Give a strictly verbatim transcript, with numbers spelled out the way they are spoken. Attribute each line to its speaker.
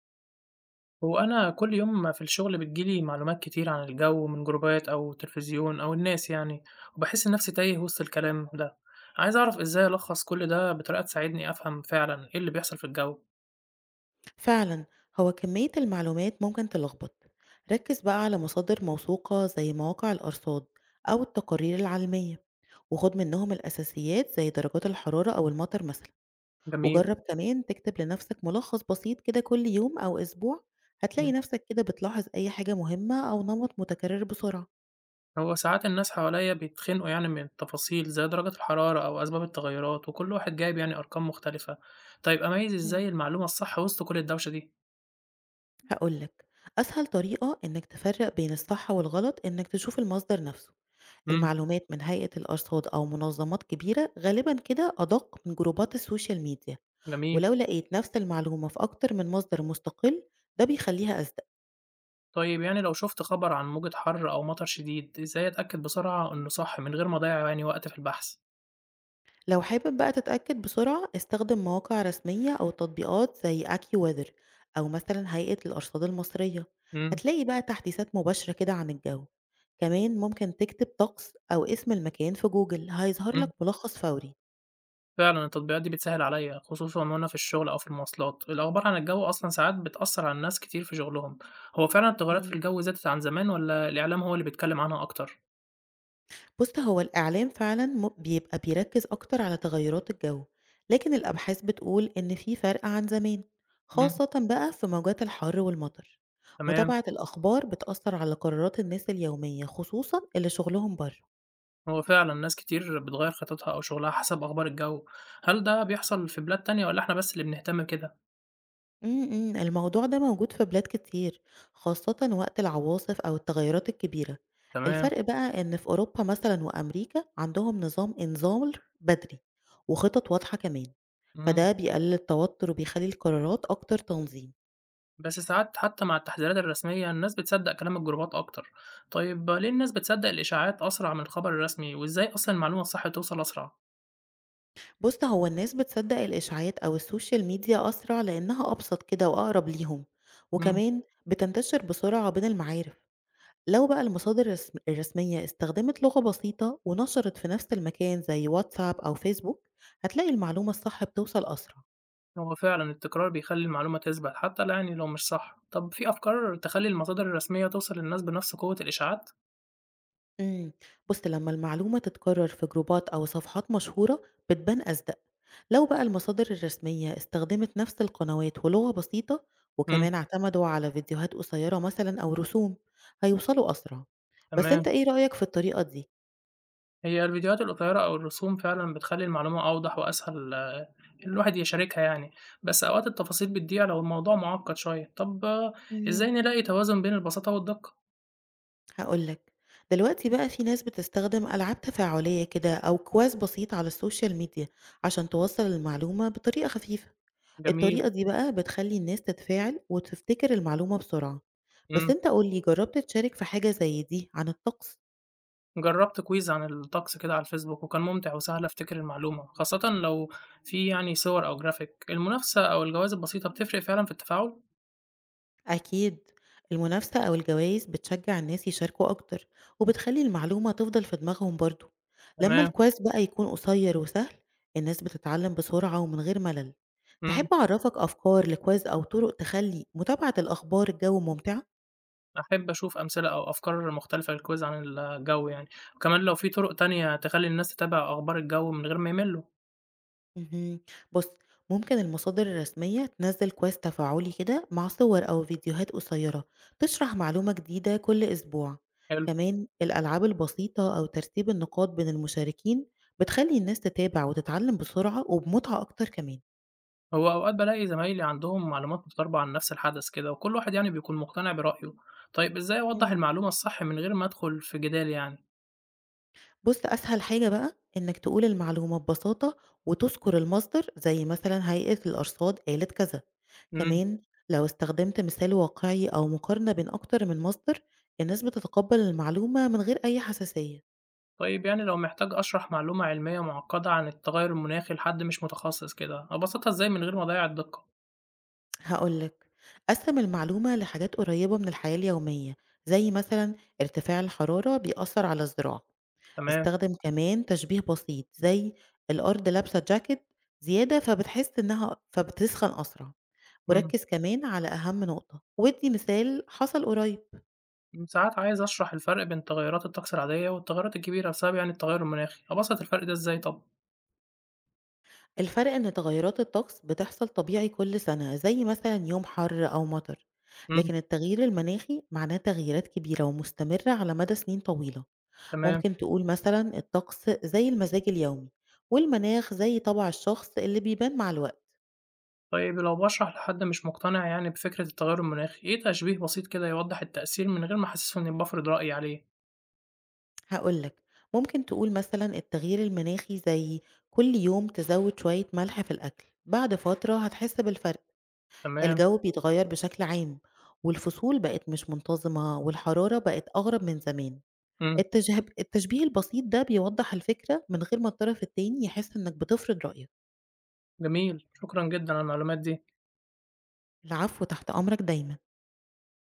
Speaker 1: هو أنا كل يوم في الشغل بتجيلي معلومات كتير عن الجو من جروبات أو تلفزيون أو الناس، يعني وبحس إن نفسي تايه وسط الكلام ده. عايز أعرف إزاي ألخص كل ده بطريقة تساعدني أفهم فعلا إيه اللي بيحصل في الجو؟
Speaker 2: فعلا. هو كمية المعلومات ممكن تلخبط. ركز بقى على مصادر موثوقة زي مواقع الأرصاد أو التقارير العلمية، وخد منهم الأساسيات زي درجات الحرارة أو المطر مثلا.
Speaker 1: جميل.
Speaker 2: وجرب كمان تكتب لنفسك ملخص بسيط كده كل يوم أو أسبوع، هتلاقي
Speaker 1: مم.
Speaker 2: نفسك كده بتلاحظ أي حاجة مهمة أو نمط متكرر بسرعة.
Speaker 1: هو ساعات الناس حواليا بيتخنقوا، يعني من التفاصيل زي درجة الحرارة أو أسباب التغيرات، وكل واحد جايب يعني أرقام مختلفة. طيب أميز
Speaker 2: مم.
Speaker 1: إزاي المعلومة الصح وسط كل الدوشة دي؟
Speaker 2: هقولك، أسهل طريقة إنك تفرق بين الصح والغلط إنك تشوف المصدر نفسه.
Speaker 1: مم.
Speaker 2: المعلومات من هيئة الأرصاد أو منظمات كبيرة غالبا كده أدق من جروبات السوشيال ميديا.
Speaker 1: جميل.
Speaker 2: ولو لقيت نفس المعلومة في أكتر من مصدر مستقل، ده بيخليها أصدق.
Speaker 1: طيب يعني لو شُفت خبر عن موجة حَر أو مطر شديد، إزاي أتأكد بسرعة إنه صح من غير ما أضيّع يعني وقت في البحث؟
Speaker 2: لو حابب بقى تتأكد بسرعة، استخدم مواقع رسمية أو تطبيقات زي أكي وذر، أو مثلا هيئة الأرصاد المصرية.
Speaker 1: إمم،
Speaker 2: هتلاقي بقى تحديثات مباشرة كده عن الجو. كمان ممكن تكتب طقس أو اسم المكان في جوجل، هيظهر
Speaker 1: إمم.
Speaker 2: لك ملخص فوري.
Speaker 1: فعلًا التطبيقات دي بتسهِّل عليَّ، خصوصًا وأنا في الشغل أو في المواصلات. الأخبار عن الجو أصلًا ساعات بتأثّر على الناس كتير في شغلهم. هو فعلًا التغيّرات في الجو زادت عن زمان والّا الإعلام هو اللي بيتكلّم عنها أكتر؟
Speaker 2: بُص، هو الإعلام فعلًا م بيبقى بيركّز أكتر على تغيُّرات الجو، لكن الأبحاث بتقول إن في فرق عن زمان،
Speaker 1: إمم،
Speaker 2: خاصةً بقى في موجات الحَر والمطر.
Speaker 1: تمام.
Speaker 2: متابعة الأخبار بتأثّر على قرارات الناس اليومية، خصوصًا اللي شُغلهم برّه.
Speaker 1: هو فعلًا ناس كتير بتغيّر خططها أو شغلها حسب أخبار الجو. هل ده بيحصل في بلاد تانية والّا إحنا بس اللي بنهتم كده؟
Speaker 2: إمم، إمم، الموضوع ده موجود في بلاد كتير، خاصةً وقت العواصف أو التغيُّرات الكبيرة.
Speaker 1: تمام،
Speaker 2: الفرق بقى إن في أوروبا مثلًا وأمريكا عندهم نظام إنذار بدري وخطط واضحة كمان.
Speaker 1: إمم.
Speaker 2: فده بيقلل التوتر وبيخلّي القرارات أكتر تنظيم.
Speaker 1: بس ساعات حتى مع التحذيرات الرسمية الناس بتصدق كلام الجروبات أكتر. طيب ليه الناس بتصدق الإشاعات أسرع من الخبر الرسمي وإزاي أصلا المعلومة الصح توصل أسرع؟
Speaker 2: بُص، هو الناس بتصدّق الإشاعات أو السوشيال ميديا أسرع لإنها أبسط كده وأقرب ليهم،
Speaker 1: مم.
Speaker 2: وكمان بتنتشر بسرعة بين المعارف. لو بقى المصادر الرسم الرسمية استخدمت لغة بسيطة ونشرت في نفس المكان زي واتساب أو فيسبوك، هتلاقي المعلومة الصح بتوصل أسرع.
Speaker 1: هو فعلا التكرار بيخلي المعلومة تثبت حتى لا، يعني لو مش صح. طب في أفكار تخلي المصادر الرسمية توصل للناس بنفس قوة الإشاعات؟
Speaker 2: إمم، بُص، لمّا المعلومة تتكرر في جروبات أو صفحات مشهورة بتبان أصدق. لو بقى المصادر الرسمية استخدمت نفس القنوات ولغة بسيطة،
Speaker 1: مم.
Speaker 2: وكمان اعتمدوا على فيديوهات قصيرة مثلًا أو رسوم، هيوصلوا أسرع. بس
Speaker 1: تمام.
Speaker 2: أنت إيه رأيك في الطريقة دي؟
Speaker 1: هي الفيديوهات القصيرة أو الرسوم فعلا بتخلي المعلومة أوضح وأسهل آه، الواحد يشاركها يعني. بس أوقات التفاصيل بتضيع لو الموضوع معقد شوية. طب آه، إزاي
Speaker 2: إمم.
Speaker 1: نلاقي توازن بين البساطة والدقة؟
Speaker 2: هاقول لك، دلوقتي بقى في ناس بتستخدم ألعاب تفاعلية كده أو كويز بسيط على السوشيال ميديا عشان توصّل المعلومة بطريقة خفيفة.
Speaker 1: جميل.
Speaker 2: الطريقة دي بقى بتخلّي الناس تتفاعل وتفتكر المعلومة بسرعة. بس
Speaker 1: مم.
Speaker 2: أنت قُل لي، جرّبت تشارك في حاجة زي دي عن الطقس؟
Speaker 1: جربت كويز عن الطقس كده على الفيسبوك وكان ممتع وسهل افتكر المعلومة، خاصة لو في يعني صور او جرافيك. المنافسة او الجوائز البسيطة بتفرق فعلا في التفاعل.
Speaker 2: أكيد، المنافسة أو الجوايز بتشجّع الناس يشاركوا أكتر وبتخلّي المعلومة تفضل في دماغهم برضه. لمّا
Speaker 1: تمام.
Speaker 2: الquiz بقى يكون قصير وسهل، الناس بتتعلّم بسرعة ومن غير ملل. تحب
Speaker 1: مم.
Speaker 2: أعرّفك أفكار لquiz أو طرق تخلّي متابعة الأخبار الجو ممتعة؟
Speaker 1: احب اشوف امثلة او افكار مختلفة للكويز عن الجو يعني. وكمان لو في طرق تانية تخلي الناس تتابع اخبار الجو من غير ما يملوا.
Speaker 2: اهم. بُص، ممكن المصادر الرسمية تنزّل كويز تفاعلي كده مع صور أو فيديوهات قصيرة تشرح معلومة جديدة كل أسبوع.
Speaker 1: حلو.
Speaker 2: كمان الألعاب البسيطة أو ترتيب النقاط بين المشاركين بتخلّي الناس تتابع وتتعلم بسرعة وبمتعة أكتر كمان.
Speaker 1: هو اوقات بلاقي زمايلي عندهم معلومات متضاربة عن نفس الحدث كده، وكل واحد يعني بيكون مقتنع برأيه. طيب ازاي اوضح
Speaker 2: إمم.
Speaker 1: المعلومة الصح من غير ما ادخل في جدال يعني؟
Speaker 2: بُص، أسهل حاجة بقى إنك تقول المعلومة ببساطة وتذكر المصدر زي مثلًا هيئة الأرصاد قالت كذا. كمان لو استخدمت مثال واقعي أو مقارنة بين أكتر من مصدر، الناس بتتقبل المعلومة من غير أي حساسية.
Speaker 1: طيب يعني لو محتاج أشرح معلومة علمية معقدة عن التغير المناخي لحد مش متخصص كده، أبسطها إزاي من غير ما أضيع الدقة؟
Speaker 2: هقولك، قسم المعلومة لحاجات قريبة من الحياة اليومية زي مثلا ارتفاع الحرارة بيأثر على الزراعة.
Speaker 1: تمام.
Speaker 2: استخدم كمان تشبيه بسيط زي الأرض لابسة جاكيت زيادة، فبتحس إنها فبتسخن أسرع.
Speaker 1: إمم.
Speaker 2: وركز كمان على أهم نقطة وادي مثال حصل قريب.
Speaker 1: إمم. ساعات عايز أشرح الفرق بين تغيرات الطقس العادية والتغيرات الكبيرة بسبب يعني التغير المناخي، أبسط الفرق ده إزاي طب؟
Speaker 2: الفرق إن تغيرات الطقس بتحصل طبيعي كل سنة زي مثلا يوم حر أو مطر،
Speaker 1: إمم.
Speaker 2: لكن التغيير المناخي معناه تغييرات كبيرة ومستمرة على مدى سنين طويلة.
Speaker 1: تمام.
Speaker 2: ممكن تقول مثلا الطقس زي المزاج اليومي، والمناخ زي طبع الشخص اللي بيبان مع الوقت.
Speaker 1: طيب لو باشرح لحد مش مقتنع يعني بفكرة التغير المناخي، إيه تشبيه بسيط كده يوضح التأثير من غير ما أحسسه إني بافرض رأيي عليه؟
Speaker 2: هقولك، ممكن تقول مثلا التغيير المناخي زي كل يوم تزود شوية ملح في الأكل، بعد فترة هتحس بالفرق.
Speaker 1: تمام.
Speaker 2: الجو بيتغير بشكل عام، والفصول بقت مش منتظمة، والحرارة بقت أغرب من زمان.
Speaker 1: إمم.
Speaker 2: التشهب التشبيه البسيط ده بيوضّح الفكرة من غير ما الطرف التاني يحس إنك بتفرض رأيك.
Speaker 1: جميل، شكرًا جدًا على المعلومات دي.
Speaker 2: العفو، تحت أمرك دايمًا.